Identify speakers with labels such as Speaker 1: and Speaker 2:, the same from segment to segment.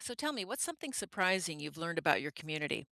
Speaker 1: So tell me, what's something surprising you've learned about your community?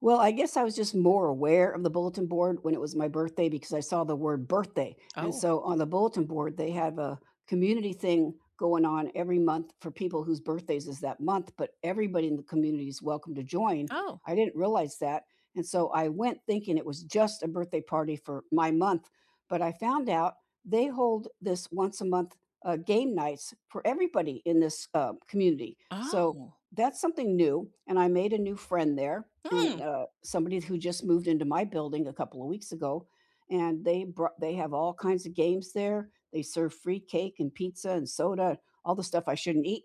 Speaker 2: Well, I guess I was just more aware of the bulletin board when it was my birthday because I saw the word birthday. And
Speaker 1: Oh,
Speaker 2: so on the bulletin board, they have a community thing going on every month for people whose birthdays is that month, but everybody in the community is welcome to join.
Speaker 1: oh,
Speaker 2: I didn't realize that. And so I went thinking it was just a birthday party for my month, but I found out they hold this once a month game nights for everybody in this community. So
Speaker 1: oh.
Speaker 2: that's something new, and I made a new friend there
Speaker 1: Hmm.
Speaker 2: and, somebody who just moved into my building a couple of weeks ago, and they have all kinds of games there. They serve free cake and pizza and soda, all the stuff I shouldn't eat,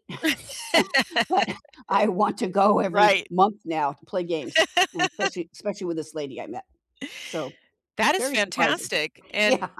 Speaker 2: but I want to go every
Speaker 1: Right.
Speaker 2: month now to play games, and especially with this lady I met. So,
Speaker 1: That is
Speaker 2: very surprising.
Speaker 1: fantastic. And
Speaker 2: Yeah.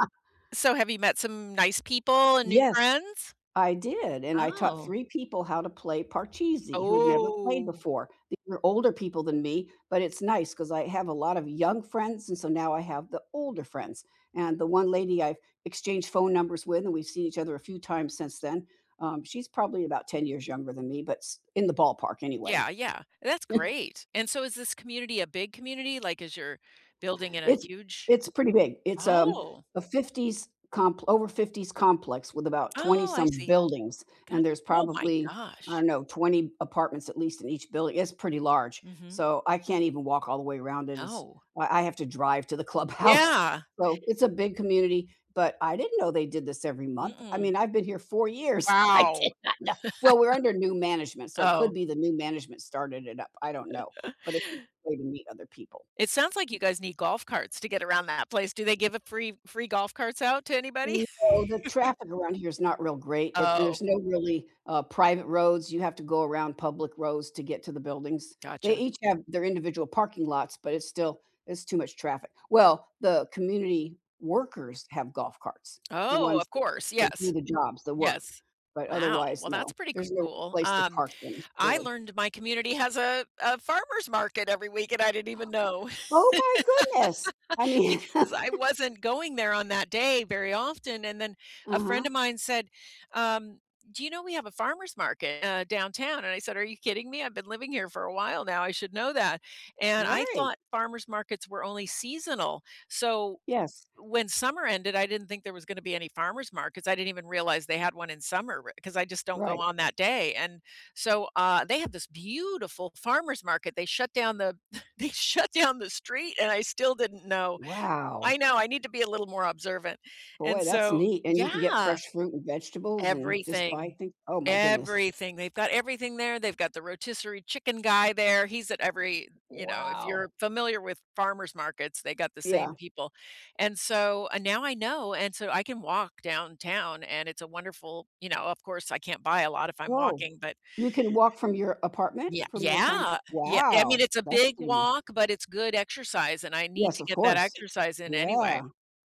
Speaker 1: so have you met some nice people and new
Speaker 2: Yes.
Speaker 1: friends?
Speaker 2: I did, and I taught
Speaker 1: Oh.
Speaker 2: 3 people how to play parcheesi who had never played
Speaker 1: Oh.
Speaker 2: before. These were older people than me, but it's nice because I have a lot of young friends, and so now I have the older friends, and the one lady I've exchanged phone numbers with, and we've seen each other a few times since then, she's probably about 10 years younger than me, but s in the ballpark anyway.
Speaker 1: Yeah, yeah. That's great. And so is this community a big community? Like is your building in a
Speaker 2: It's
Speaker 1: huge—
Speaker 2: it's pretty big. It's
Speaker 1: Oh.
Speaker 2: a 50s comp over 50s complex with about 20
Speaker 1: Oh, I
Speaker 2: some
Speaker 1: see.
Speaker 2: buildings, and
Speaker 1: Gotcha.
Speaker 2: there's
Speaker 1: Oh my
Speaker 2: probably, I
Speaker 1: gosh.
Speaker 2: don't know, 20 apartments at least in each building. It's pretty large,
Speaker 1: Mm-hmm.
Speaker 2: so I can't even walk all the way around it. It's
Speaker 1: Oh.
Speaker 2: I have to drive to the clubhouse.
Speaker 1: Yeah.
Speaker 2: So, it's a big community, but I didn't know they did this every month. I
Speaker 1: Mm-mm.
Speaker 2: mean, I've been here 4 years. I
Speaker 1: Wow.
Speaker 2: did not know. Well, we're under new management, so it could
Speaker 1: Oh.
Speaker 2: be the new management started it up. I don't know, but it's a way to meet other people.
Speaker 1: It sounds like you guys need golf carts to get around that place. Do they give a free golf carts out to anybody?
Speaker 2: No, the traffic around here is not real great. It
Speaker 1: Oh,
Speaker 2: There's no really, private roads, you have to go around public roads to get to the buildings. They
Speaker 1: gotcha.
Speaker 2: each have their individual parking lots, but it's too much traffic. Well, the community workers have golf carts, the
Speaker 1: Oh,
Speaker 2: ones
Speaker 1: of
Speaker 2: that
Speaker 1: course,
Speaker 2: that do
Speaker 1: yes.
Speaker 2: the jobs, the work,
Speaker 1: Yes.
Speaker 2: but
Speaker 1: Wow,
Speaker 2: otherwise,
Speaker 1: well,
Speaker 2: no.
Speaker 1: that's pretty
Speaker 2: There's no
Speaker 1: cool.
Speaker 2: place to park them,
Speaker 1: I
Speaker 2: really.
Speaker 1: learned my community has a farmer's market every week, and I didn't even know.
Speaker 2: Oh my goodness! I mean.
Speaker 1: Because I wasn't going there on that day very often. And then a friend
Speaker 2: Uh-huh.
Speaker 1: of mine said, um, do you know we have a farmer's market downtown? And I said, are you kidding me? I've been living here for a while now. I should know that. And I
Speaker 2: Right.
Speaker 1: thought farmers markets were only seasonal. So
Speaker 2: Yes.
Speaker 1: when summer ended, I didn't think there was going to be any farmers markets. I didn't even realize they had one in summer because I just don't go
Speaker 2: Right.
Speaker 1: on that day. And so they have this beautiful farmers market. They shut down the they shut down the street, and I still didn't know.
Speaker 2: Wow.
Speaker 1: I know, I need to be a little more observant,
Speaker 2: Boy,
Speaker 1: and
Speaker 2: that's
Speaker 1: so
Speaker 2: neat, and you can get
Speaker 1: yeah,
Speaker 2: fresh fruit and vegetables and just buy
Speaker 1: everything,
Speaker 2: things, oh my goodness.
Speaker 1: everything, they've got everything there, they've got the rotisserie chicken guy there, he's at every— you know, if you're
Speaker 2: Wow.
Speaker 1: familiar with farmers markets, they got the
Speaker 2: Yeah.
Speaker 1: same people, and so— and now I know, and so I can walk downtown, and it's a wonderful— you know, of course, I can't buy a lot if I'm
Speaker 2: Whoa.
Speaker 1: walking, but
Speaker 2: You can walk from your apartment?
Speaker 1: yeah.
Speaker 2: From your con
Speaker 1: Yeah, yeah, I mean,
Speaker 2: Wow,
Speaker 1: it's a
Speaker 2: that's
Speaker 1: big
Speaker 2: pretty nice.
Speaker 1: walk, but it's good exercise, and I need
Speaker 2: Yes,
Speaker 1: to
Speaker 2: of
Speaker 1: get that
Speaker 2: course.
Speaker 1: exercise in anyway,
Speaker 2: Yeah,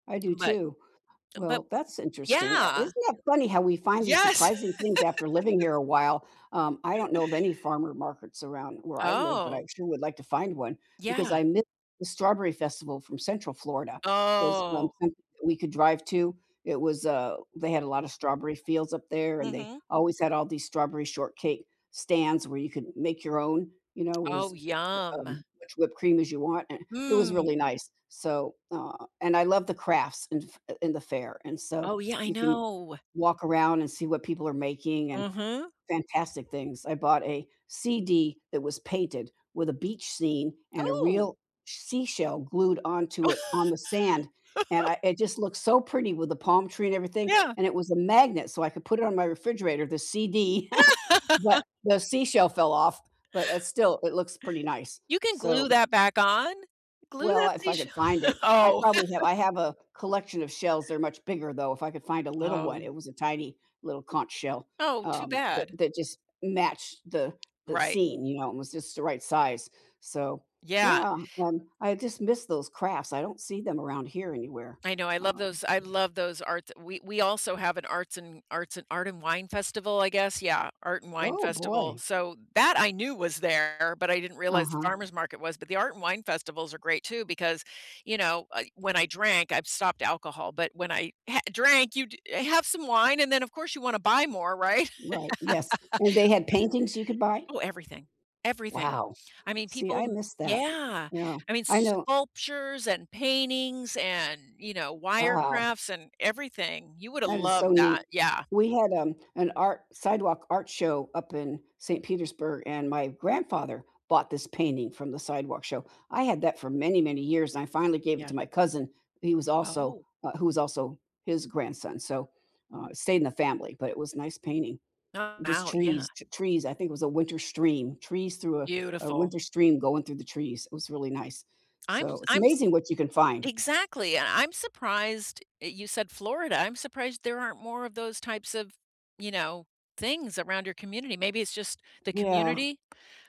Speaker 2: I do
Speaker 1: but—
Speaker 2: too.
Speaker 1: but
Speaker 2: Well, that's interesting.
Speaker 1: yeah.
Speaker 2: Isn't that funny how we find these
Speaker 1: Yes.
Speaker 2: surprising things after living here a while? I don't know of any farmer markets around where I live, but I
Speaker 1: Oh,
Speaker 2: sure would like to find one because
Speaker 1: yeah.
Speaker 2: I miss the strawberry festival from Central Florida. Is
Speaker 1: Oh.
Speaker 2: something that we could drive to. It was they had a lot
Speaker 1: Mhm.
Speaker 2: of strawberry fields up there, and they
Speaker 1: Mhm.
Speaker 2: always had all these strawberry shortcake stands where you could make your own. You know, with
Speaker 1: Oh,
Speaker 2: this
Speaker 1: yum.
Speaker 2: much whipped cream as you want, and it was really
Speaker 1: Mm.
Speaker 2: nice. So, and I love the crafts in the fair, and so
Speaker 1: Oh, yeah, I
Speaker 2: you can
Speaker 1: know.
Speaker 2: walk around and see what people are making, and
Speaker 1: Mhm.
Speaker 2: fantastic things. I bought a CD that was painted with a beach scene and a
Speaker 1: Oh.
Speaker 2: real seashell glued onto it on the sand, and I it just looked so pretty with the palm tree and everything,
Speaker 1: Yeah.
Speaker 2: and it was a magnet, so I could put it on my refrigerator, the CD, but the seashell fell off, but, still, it looks pretty nice.
Speaker 1: You can glue
Speaker 2: So
Speaker 1: that back on. Glue
Speaker 2: well,
Speaker 1: that
Speaker 2: if I could
Speaker 1: seashell—
Speaker 2: find it.
Speaker 1: Oh.
Speaker 2: I have a collection of shells, they're much bigger, though. If I could find a little one,
Speaker 1: Oh.
Speaker 2: it was a tiny little conch shell,
Speaker 1: Oh, too
Speaker 2: um, that
Speaker 1: bad.
Speaker 2: that just matched the
Speaker 1: Right.
Speaker 2: scene, you know, and was just the right size. So,
Speaker 1: Yeah.
Speaker 2: yeah, I just miss those crafts, I don't see them around here anywhere.
Speaker 1: I know, I love
Speaker 2: Uh
Speaker 1: those— I love those arts— we also have an arts and— arts and— art and wine festival, I guess, yeah, art and wine
Speaker 2: oh,
Speaker 1: festival,
Speaker 2: Boy.
Speaker 1: so that I knew was there, but I didn't realize the
Speaker 2: Uh-huh.
Speaker 1: farmer's market was, but the art and wine festivals are great too because, when I drank— I've stopped alcohol, but when I ha- drank, you d- have some wine, and then, of course, you wanna buy more, right?
Speaker 2: Right, yes, and they had paintings you could buy?
Speaker 1: Oh, everything, everything.
Speaker 2: Wow.
Speaker 1: I mean,
Speaker 2: See,
Speaker 1: people
Speaker 2: I
Speaker 1: m-
Speaker 2: missed that.
Speaker 1: yeah.
Speaker 2: Yeah,
Speaker 1: I mean,
Speaker 2: I know,
Speaker 1: sculptures and paintings and, you know, wire
Speaker 2: wow.
Speaker 1: crafts and everything. You woulda
Speaker 2: That is so
Speaker 1: loved that.
Speaker 2: neat.
Speaker 1: Yeah,
Speaker 2: We had, an art sidewalk art show up in St. Petersburg, and my grandfather bought this painting from the sidewalk show. I had that for many, many years, and I finally gave it
Speaker 1: yeah.
Speaker 2: to my cousin. He was also
Speaker 1: Oh,
Speaker 2: who was also his grandson, so, it stayed in the family, but it was a nice painting.
Speaker 1: oh,
Speaker 2: Just
Speaker 1: wow, yeah.
Speaker 2: trees, I think it was a winter stream, trees through a
Speaker 1: Beautiful.
Speaker 2: winter stream going through the trees. It was really nice.
Speaker 1: I'm
Speaker 2: So, it's
Speaker 1: I I'm s
Speaker 2: amazing what you can find.
Speaker 1: exactly, and I'm surprised— eh, you said Florida. I'm surprised there aren't more of those types of, you know, things around your community. Maybe it's just the
Speaker 2: Yeah.
Speaker 1: community,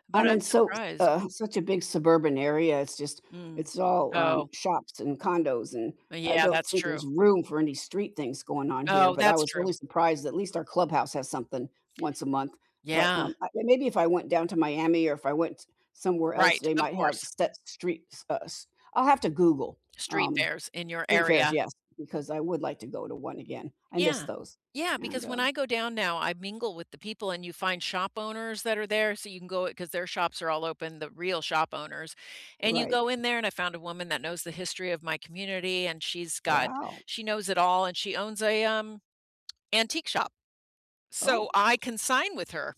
Speaker 1: but
Speaker 2: I'm
Speaker 1: I'm
Speaker 2: in so
Speaker 1: surprised.
Speaker 2: Such a big suburban area.
Speaker 1: Mm.
Speaker 2: It's all,
Speaker 1: Oh,
Speaker 2: shops and condos, and I
Speaker 1: yeah,
Speaker 2: don't
Speaker 1: that's
Speaker 2: think there's
Speaker 1: true.
Speaker 2: room for any street things going on here,
Speaker 1: Oh,
Speaker 2: but I
Speaker 1: that's
Speaker 2: was
Speaker 1: true.
Speaker 2: really surprised at least our clubhouse has something once a month, but,
Speaker 1: Yeah,
Speaker 2: I maybe if I went down to Miami or if I went somewhere else,
Speaker 1: right,
Speaker 2: they
Speaker 1: of
Speaker 2: might have
Speaker 1: course.
Speaker 2: set streets, s I'll have to Google,
Speaker 1: Street
Speaker 2: um,
Speaker 1: fairs in your
Speaker 2: street fairs,
Speaker 1: area.
Speaker 2: yes, because I would like to go to one again. I miss
Speaker 1: Yeah.
Speaker 2: those,
Speaker 1: Yeah,
Speaker 2: and,
Speaker 1: because when
Speaker 2: um
Speaker 1: I go down now, I mingle with the people and you find shop owners that are there, so you can go because their shops are all open, the real shop owners. And you
Speaker 2: Right.
Speaker 1: go in there and I found a woman that knows the history of my community and she's got—
Speaker 2: Wow.
Speaker 1: she knows it all and she owns a antique shop. So
Speaker 2: Oh,
Speaker 1: I consign with her.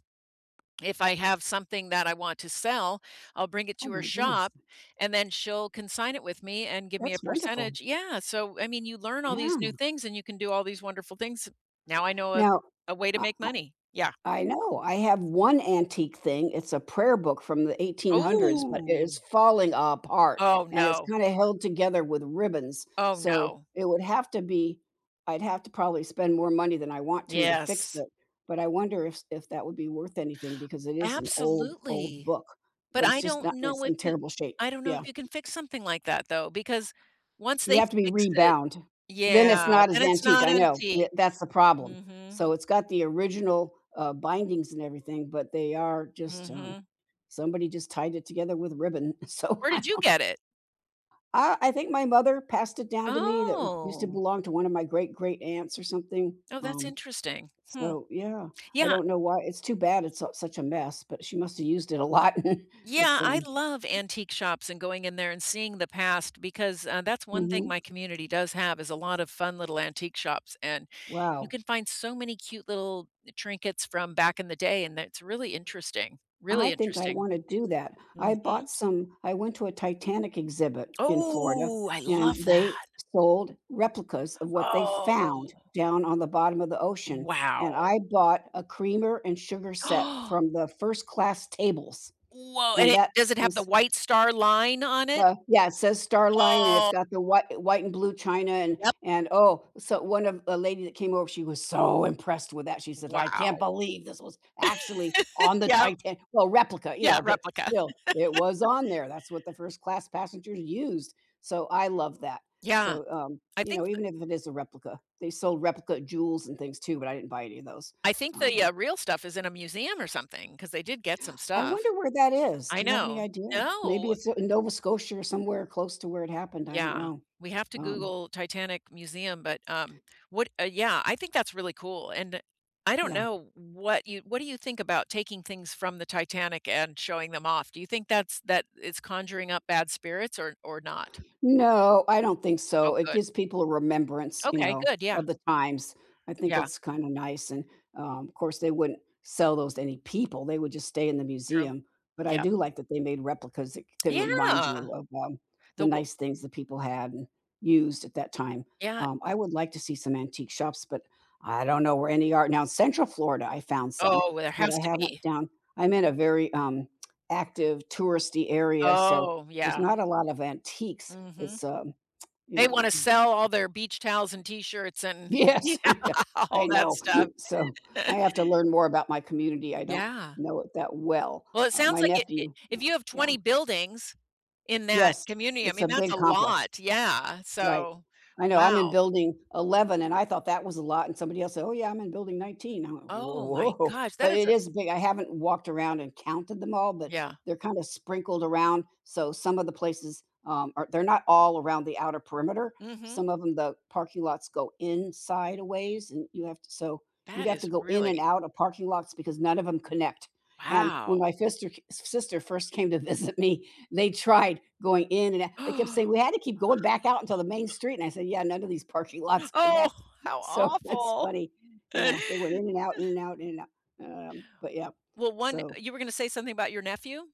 Speaker 1: If I have something that I want to sell, I'll bring it
Speaker 2: oh
Speaker 1: to her
Speaker 2: my goodness.
Speaker 1: shop and then she'll consign it with me and give me a
Speaker 2: That's wonderful.
Speaker 1: percentage. Yeah, so I mean, you learn all these
Speaker 2: Yeah.
Speaker 1: new things and you can do all these wonderful things. Now I know a—
Speaker 2: Now,
Speaker 1: a way to
Speaker 2: I
Speaker 1: make
Speaker 2: I
Speaker 1: money. Yeah.
Speaker 2: I know, I have one antique thing, it's a prayer book from the 1800s, but it
Speaker 1: Oh.
Speaker 2: is falling apart,
Speaker 1: Oh
Speaker 2: and it's
Speaker 1: no.
Speaker 2: kinda held together with ribbons,
Speaker 1: Oh
Speaker 2: so
Speaker 1: no.
Speaker 2: it would have to be I'd have to probably spend more money than I want to fix
Speaker 1: Yes.
Speaker 2: it, but I wonder if that would be worth anything because it is an old, old
Speaker 1: Absolutely.
Speaker 2: book,
Speaker 1: But
Speaker 2: but it's
Speaker 1: I
Speaker 2: just
Speaker 1: don't
Speaker 2: not
Speaker 1: know
Speaker 2: it's
Speaker 1: if
Speaker 2: in
Speaker 1: you—
Speaker 2: terrible shape.
Speaker 1: I don't know
Speaker 2: Yeah.
Speaker 1: if you can fix something like that though, because once
Speaker 2: You
Speaker 1: they
Speaker 2: have to be
Speaker 1: fix it,
Speaker 2: rebound. Then it's
Speaker 1: yeah,
Speaker 2: not
Speaker 1: then
Speaker 2: as
Speaker 1: it's
Speaker 2: antique,
Speaker 1: not
Speaker 2: I know, yeah,
Speaker 1: antique.
Speaker 2: that's the problem.
Speaker 1: Mm hmm.
Speaker 2: So it's got the original, bindings and everything, but they are just,
Speaker 1: Mm hmm.
Speaker 2: somebody just tied it together with ribbon, so
Speaker 1: Where
Speaker 2: I
Speaker 1: did you get it?
Speaker 2: I think my mother passed it down to me that used to
Speaker 1: Oh.
Speaker 2: belong to one of my great-great-aunts or something,
Speaker 1: Oh, that's
Speaker 2: um,
Speaker 1: interesting. Hmm.
Speaker 2: so yeah, I
Speaker 1: Yeah.
Speaker 2: don't know why it's too bad it's, such a mess, but she must have used it a lot.
Speaker 1: Yeah,
Speaker 2: It's,
Speaker 1: I
Speaker 2: um
Speaker 1: love antique shops and going in there and seeing the past because, that's one thing
Speaker 2: mhm,
Speaker 1: my community does have is a lot of fun little antique shops, and you
Speaker 2: wow.
Speaker 1: can find so many cute little trinkets from back in the day, and that's really interesting,
Speaker 2: I
Speaker 1: really
Speaker 2: think I
Speaker 1: interesting.
Speaker 2: wanna do that. I
Speaker 1: Mhm.
Speaker 2: bought some I went to a Titanic exhibit in Florida,
Speaker 1: Oh, I
Speaker 2: and
Speaker 1: love
Speaker 2: they
Speaker 1: that.
Speaker 2: sold replicas of what they
Speaker 1: Oh,
Speaker 2: found down on the bottom of the ocean,
Speaker 1: wow.
Speaker 2: and I bought a creamer and sugar set
Speaker 1: Oh,
Speaker 2: from the first class tables,
Speaker 1: whoa, and
Speaker 2: and
Speaker 1: it
Speaker 2: that
Speaker 1: does— it have the
Speaker 2: was
Speaker 1: white star line on it?
Speaker 2: yeah, it says Starline, and it's
Speaker 1: Oh.
Speaker 2: got the white and blue china,
Speaker 1: Yep.
Speaker 2: and, oh, so one of a lady that came over, she was so impressed with that, she said, "I can't
Speaker 1: Wow.
Speaker 2: believe this was actually on the
Speaker 1: Yeah,
Speaker 2: Titanic." Well, replica, you
Speaker 1: yeah,
Speaker 2: know, but
Speaker 1: replica.
Speaker 2: still, it was on there, that's what the first class passengers used, so I love that.
Speaker 1: Yeah,
Speaker 2: So,
Speaker 1: I
Speaker 2: you
Speaker 1: think
Speaker 2: know,
Speaker 1: th
Speaker 2: even if it is a replica, they sold replica jewels and things too, but I didn't buy any of those,
Speaker 1: I think
Speaker 2: um
Speaker 1: the, real stuff is in a museum or something because they did get some
Speaker 2: I
Speaker 1: stuff.
Speaker 2: wonder where that is.
Speaker 1: I
Speaker 2: Do you have any
Speaker 1: know.
Speaker 2: idea? Maybe
Speaker 1: No.
Speaker 2: it's in Nova Scotia or somewhere close to where it happened, I don't
Speaker 1: Yeah,
Speaker 2: know.
Speaker 1: we have to
Speaker 2: Um,
Speaker 1: Google Titanic museum, but, what— yeah, I think that's really cool, and I don't
Speaker 2: yeah.
Speaker 1: know what you— what do you think about taking things from the Titanic and showing them off? Do you think that's— that it's conjuring up bad spirits or— or not?
Speaker 2: No, I don't think so.
Speaker 1: Oh,
Speaker 2: It
Speaker 1: good.
Speaker 2: gives people a remembrance, you
Speaker 1: Okay,
Speaker 2: know,
Speaker 1: good, yeah.
Speaker 2: of the times. I think
Speaker 1: Yeah,
Speaker 2: it's kinda nice, and, of course, they wouldn't sell those to any people, they would just stay in the
Speaker 1: true.
Speaker 2: museum, but I
Speaker 1: Yeah.
Speaker 2: do like that they made replicas that can remind
Speaker 1: Yeah,
Speaker 2: you of, the
Speaker 1: the wa-
Speaker 2: nice things that people had and used at that time.
Speaker 1: yeah.
Speaker 2: I would like to see some antique shops, but I don't know where any are now, in Central Florida, I found some,
Speaker 1: Oh, well, there
Speaker 2: but
Speaker 1: has
Speaker 2: I
Speaker 1: to
Speaker 2: haven't
Speaker 1: be.
Speaker 2: down I'm in a very, active touristy area, so
Speaker 1: Oh,
Speaker 2: there's
Speaker 1: yeah.
Speaker 2: not a lot of antiques,
Speaker 1: Mhm.
Speaker 2: it's, you
Speaker 1: They
Speaker 2: know.
Speaker 1: wanna sell all their beach towels and T-shirts and yeah,
Speaker 2: Yes, I know.
Speaker 1: all
Speaker 2: I
Speaker 1: that
Speaker 2: know.
Speaker 1: stuff.
Speaker 2: So, I have to learn more about my community, I don't
Speaker 1: Yeah.
Speaker 2: know it that well.
Speaker 1: Well, it
Speaker 2: My
Speaker 1: sounds like it— it
Speaker 2: nephew
Speaker 1: if
Speaker 2: no,
Speaker 1: you have
Speaker 2: Yeah.
Speaker 1: 20 buildings in that
Speaker 2: Yes,
Speaker 1: community, I
Speaker 2: it's a
Speaker 1: mean, that's
Speaker 2: big
Speaker 1: a
Speaker 2: complex.
Speaker 1: lot, yeah.
Speaker 2: Right.
Speaker 1: So,
Speaker 2: I know, I'm in
Speaker 1: wow.
Speaker 2: building 11, and I thought that was a lot, and somebody else said, "Oh, yeah, I'm in building 19." I went, "Whoa."
Speaker 1: Oh my
Speaker 2: Whoa!
Speaker 1: gosh, that
Speaker 2: But
Speaker 1: is
Speaker 2: it
Speaker 1: a—
Speaker 2: is big. I haven't walked around and counted them all, but
Speaker 1: yeah.
Speaker 2: they're kinda sprinkled around, so some of the places, are they're not all around the outer perimeter.
Speaker 1: Mhm.
Speaker 2: Some of them, the parking lots go inside a ways, and you have to, so you'd
Speaker 1: That
Speaker 2: have to
Speaker 1: is
Speaker 2: go in and
Speaker 1: really—
Speaker 2: out of parking lots because none of them connect. And when
Speaker 1: wow.
Speaker 2: my sister first came to visit me, they tried going in and out. They kept saying, "We had to keep going back out until the main street." And I said, "Yeah, none of these parking lots
Speaker 1: Oh,
Speaker 2: connect."
Speaker 1: how
Speaker 2: So that's
Speaker 1: awful.
Speaker 2: funny. Yeah, they went in and out, in and out, in and out. But yeah,
Speaker 1: Well, one—
Speaker 2: so
Speaker 1: you were gonna say something about your nephew?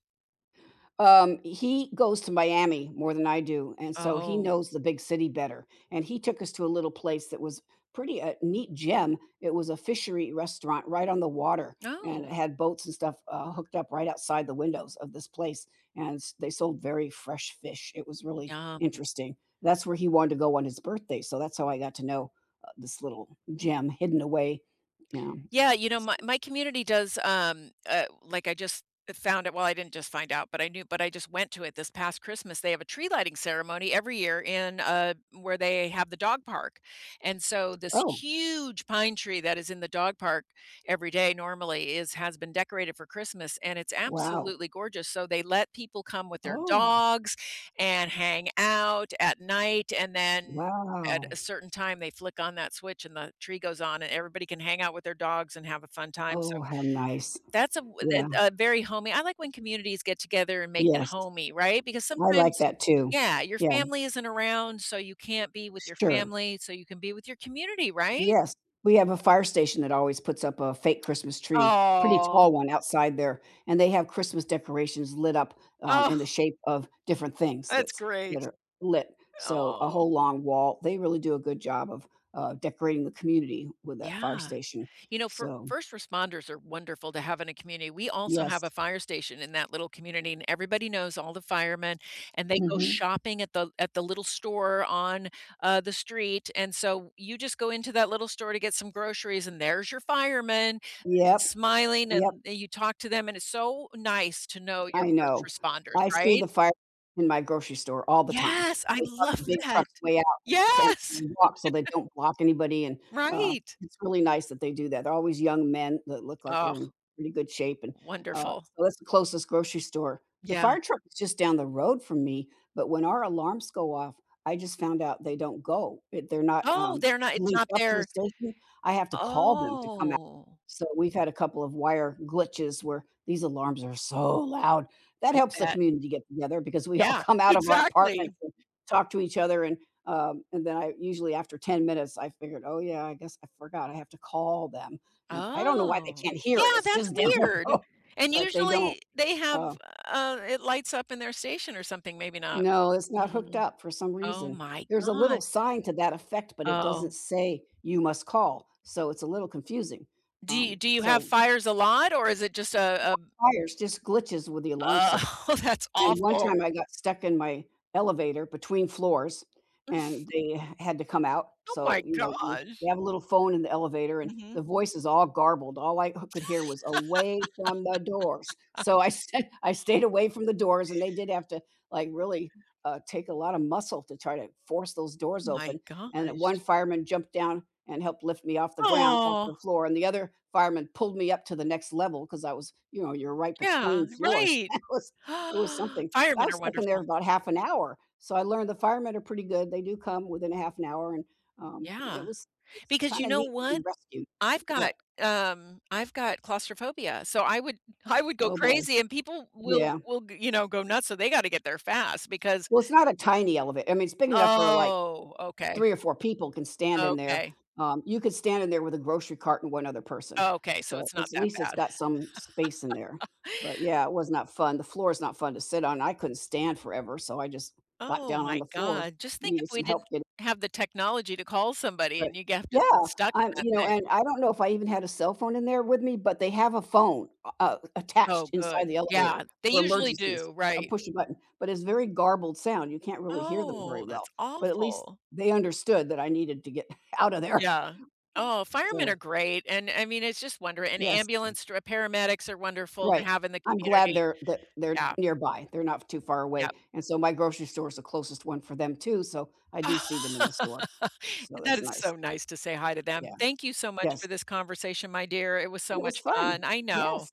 Speaker 2: he goes to Miami more than I do, and so he
Speaker 1: Oh.
Speaker 2: knows the big city better, and he took us to a little place that was pretty a neat gem. It was a fishery restaurant right on the water, and it
Speaker 1: Oh.
Speaker 2: had boats and stuff, hooked up right outside the windows of this place, and s they sold very fresh fish. It was really
Speaker 1: Yeah.
Speaker 2: interesting. That's where he wanted to go on his birthday, so that's how I got to know, this little gem hidden away. Yeah.
Speaker 1: Yeah, you know, my community does, like I just found it— well, I didn't just find out, but I knew— but I just went to it this past Christmas. They have a tree lighting ceremony every year in, where they have the dog park, and so this
Speaker 2: Oh,
Speaker 1: huge pine tree that is in the dog park every day normally is— has been decorated for Christmas, and it's
Speaker 2: wow.
Speaker 1: absolutely gorgeous. So they let people come with their
Speaker 2: Oh,
Speaker 1: dogs and hang out at night, and then at
Speaker 2: wow.
Speaker 1: a certain time, they flick on that switch and the tree goes on and everybody can hang out with their dogs and have a fun time, so
Speaker 2: Oh, how nice.
Speaker 1: that's a w- a—
Speaker 2: Yeah.
Speaker 1: a very homey— I like when communities get together and make it
Speaker 2: Yes,
Speaker 1: homey, right? Because
Speaker 2: I like
Speaker 1: sometimes
Speaker 2: that too.
Speaker 1: yeah, your
Speaker 2: Yeah,
Speaker 1: family isn't around, so you can't be with your
Speaker 2: sure.
Speaker 1: family, so you can be with your community, right?
Speaker 2: Yes, we have a fire station that always puts up a fake Christmas tree, pretty
Speaker 1: Oh.
Speaker 2: tall one outside there, and they have Christmas decorations lit up,
Speaker 1: Oh,
Speaker 2: in the shape of different things
Speaker 1: that's
Speaker 2: that
Speaker 1: great.
Speaker 2: are lit. So, a
Speaker 1: Oh.
Speaker 2: whole long wall. They really do a good job of, decorating the community with that fire
Speaker 1: Yeah.
Speaker 2: station.
Speaker 1: You know, for-
Speaker 2: So,
Speaker 1: first responders are wonderful to have in a community. We also have a
Speaker 2: yes.
Speaker 1: fire station in that little community, and everybody knows all the firemen, and they go
Speaker 2: Mhm.
Speaker 1: shopping at the— at the little store on— the street. And so you just go into that little store to get some groceries, and there's your fireman
Speaker 2: Yep,
Speaker 1: smiling, and
Speaker 2: yep.
Speaker 1: you talk to them, and it's so nice to know your
Speaker 2: I
Speaker 1: first
Speaker 2: know.
Speaker 1: responders,
Speaker 2: I see
Speaker 1: right?
Speaker 2: the fire in my grocery store all the time.
Speaker 1: Yes, I
Speaker 2: They park
Speaker 1: love
Speaker 2: the big
Speaker 1: that.
Speaker 2: trucks way out s and
Speaker 1: Yes,
Speaker 2: walk so they don't block anybody, and, uh,
Speaker 1: right.
Speaker 2: it's really nice that they do that. They're always young men that look like
Speaker 1: Oh,
Speaker 2: they're in pretty good shape, and,
Speaker 1: wonderful.
Speaker 2: so that's the closest grocery store. The
Speaker 1: Yeah.
Speaker 2: fire truck is just down the road from me, but when our alarms go off, I just found out they don't go. It they're not,
Speaker 1: Oh, they're not. It's
Speaker 2: linked
Speaker 1: not
Speaker 2: up to the
Speaker 1: their—
Speaker 2: station. I have to call them to come,
Speaker 1: oh.
Speaker 2: so we've had a couple of wire glitches where these alarms are so loud. That
Speaker 1: I
Speaker 2: helps the
Speaker 1: bet.
Speaker 2: community get together because we all
Speaker 1: Yeah,
Speaker 2: come out of our
Speaker 1: exactly.
Speaker 2: apartments and talk to each other, and then I usually after 10 minutes I figured, "Oh yeah, I guess I forgot I have to call them." And I don't know why they
Speaker 1: Oh.
Speaker 2: can't
Speaker 1: Yeah,
Speaker 2: hear it. It's
Speaker 1: that's
Speaker 2: just down the
Speaker 1: weird.
Speaker 2: road,
Speaker 1: And
Speaker 2: but they don't.
Speaker 1: usually they have,
Speaker 2: Uh,
Speaker 1: it lights up in their station or something, maybe not.
Speaker 2: no, it's not hooked
Speaker 1: Mm.
Speaker 2: up for some
Speaker 1: Oh
Speaker 2: reason.
Speaker 1: my
Speaker 2: There's a little
Speaker 1: god.
Speaker 2: sign to that effect, but it doesn't
Speaker 1: Oh.
Speaker 2: say you must call. So it's a little confusing.
Speaker 1: Do you—
Speaker 2: Um,
Speaker 1: do you have
Speaker 2: so
Speaker 1: fires a lot or is it just a— a
Speaker 2: fires, just glitches with the alarm
Speaker 1: uh,
Speaker 2: system.
Speaker 1: oh, that's
Speaker 2: And one
Speaker 1: awful.
Speaker 2: time I got stuck in my elevator between floors, and they had to come out.
Speaker 1: Oh
Speaker 2: So,
Speaker 1: my
Speaker 2: you know, you
Speaker 1: gosh.
Speaker 2: they have a little phone in the elevator, and the
Speaker 1: Mhm.
Speaker 2: voice is all garbled. All I could hear was "away from the doors." So
Speaker 1: Oh
Speaker 2: I st I stayed away from the doors, and they did have to, like, really, take a lot of muscle to try to force those doors
Speaker 1: my
Speaker 2: open. And one
Speaker 1: gosh.
Speaker 2: fireman jumped down and helped lift me off the ground off
Speaker 1: Oh,
Speaker 2: the floor, and the other fireman pulled me up to the next level because I was you know, you're right
Speaker 1: yeah,
Speaker 2: between floors.
Speaker 1: right.
Speaker 2: That was it was something. I
Speaker 1: Firemen
Speaker 2: was
Speaker 1: are
Speaker 2: stuck in there
Speaker 1: wonderful.
Speaker 2: about half an hour, so I learned the firemen are pretty good, they do come within a half an hour, and, um, it
Speaker 1: Yeah.
Speaker 2: was it's
Speaker 1: Because you
Speaker 2: kinda
Speaker 1: know
Speaker 2: neat to be
Speaker 1: what?
Speaker 2: rescued.
Speaker 1: I've got,
Speaker 2: What?
Speaker 1: I've got claustrophobia, so I would— I would go
Speaker 2: Oh, boy.
Speaker 1: crazy and people will—
Speaker 2: Yeah.
Speaker 1: will, g- you know, go nuts, so they gotta get there fast because—
Speaker 2: Well, it's not a tiny elevator. I mean, it's big enough for, like,
Speaker 1: oh, okay,
Speaker 2: 3 or 4 people can stand in there.
Speaker 1: okay,
Speaker 2: You could stand in there with a grocery cart and 1 other person,
Speaker 1: okay, so
Speaker 2: so
Speaker 1: it's not
Speaker 2: it's at
Speaker 1: that
Speaker 2: least it's
Speaker 1: bad.
Speaker 2: got some space in there. But, yeah, it was not fun. The floor is not fun to sit on, I couldn't stand forever, so I just got
Speaker 1: Oh
Speaker 2: down on
Speaker 1: my
Speaker 2: the floor,
Speaker 1: god, just think if
Speaker 2: needed
Speaker 1: we
Speaker 2: some help
Speaker 1: didn't
Speaker 2: getting.
Speaker 1: have the technology to call somebody
Speaker 2: But
Speaker 1: and you have to
Speaker 2: yeah,
Speaker 1: be stuck in
Speaker 2: I'm
Speaker 1: that thing.
Speaker 2: and I don't know if I even had a cell phone in there with me, but they have a phone, attached
Speaker 1: Oh,
Speaker 2: inside
Speaker 1: good.
Speaker 2: the elevator
Speaker 1: Yeah, they
Speaker 2: for
Speaker 1: usually
Speaker 2: emergencies,
Speaker 1: do,
Speaker 2: a
Speaker 1: right.
Speaker 2: push a button, but it's very garbled sound, you can't really hear them very
Speaker 1: Oh,
Speaker 2: well,
Speaker 1: that's
Speaker 2: but at least
Speaker 1: awful.
Speaker 2: they understood that I needed to get out of there.
Speaker 1: Yeah. Oh, firemen are
Speaker 2: So,
Speaker 1: great, and, I mean, it's just wonderful. And
Speaker 2: yes,
Speaker 1: ambulance dr- paramedics are wonderful to
Speaker 2: right.
Speaker 1: have in the
Speaker 2: I'm glad
Speaker 1: community.
Speaker 2: they're that they're
Speaker 1: Yeah,
Speaker 2: nearby, they're not too far
Speaker 1: yeah.
Speaker 2: away, and so my grocery store is the closest one for them too, so I do see them in the store. So
Speaker 1: That
Speaker 2: that's
Speaker 1: is
Speaker 2: nice.
Speaker 1: so nice to say hi to them.
Speaker 2: Yeah,
Speaker 1: Thank you so much
Speaker 2: yes.
Speaker 1: for this conversation, my dear. It was so
Speaker 2: It was
Speaker 1: much
Speaker 2: fun.
Speaker 1: fun. I know,
Speaker 2: Yes.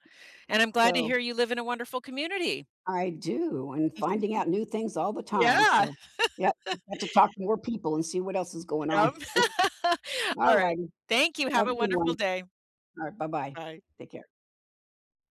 Speaker 1: and I'm glad to hear
Speaker 2: So
Speaker 1: you live in a wonderful community.
Speaker 2: I do, and finding out new things all the time,
Speaker 1: Yeah,
Speaker 2: so, yep, just have to talk to more people and see what else is going on.
Speaker 1: yep.
Speaker 2: All
Speaker 1: All right.
Speaker 2: righty,
Speaker 1: Thank you. Have
Speaker 2: have a
Speaker 1: a
Speaker 2: good
Speaker 1: wonderful
Speaker 2: one.
Speaker 1: day.
Speaker 2: Alright, bye-bye.
Speaker 1: Bye.
Speaker 2: Take care.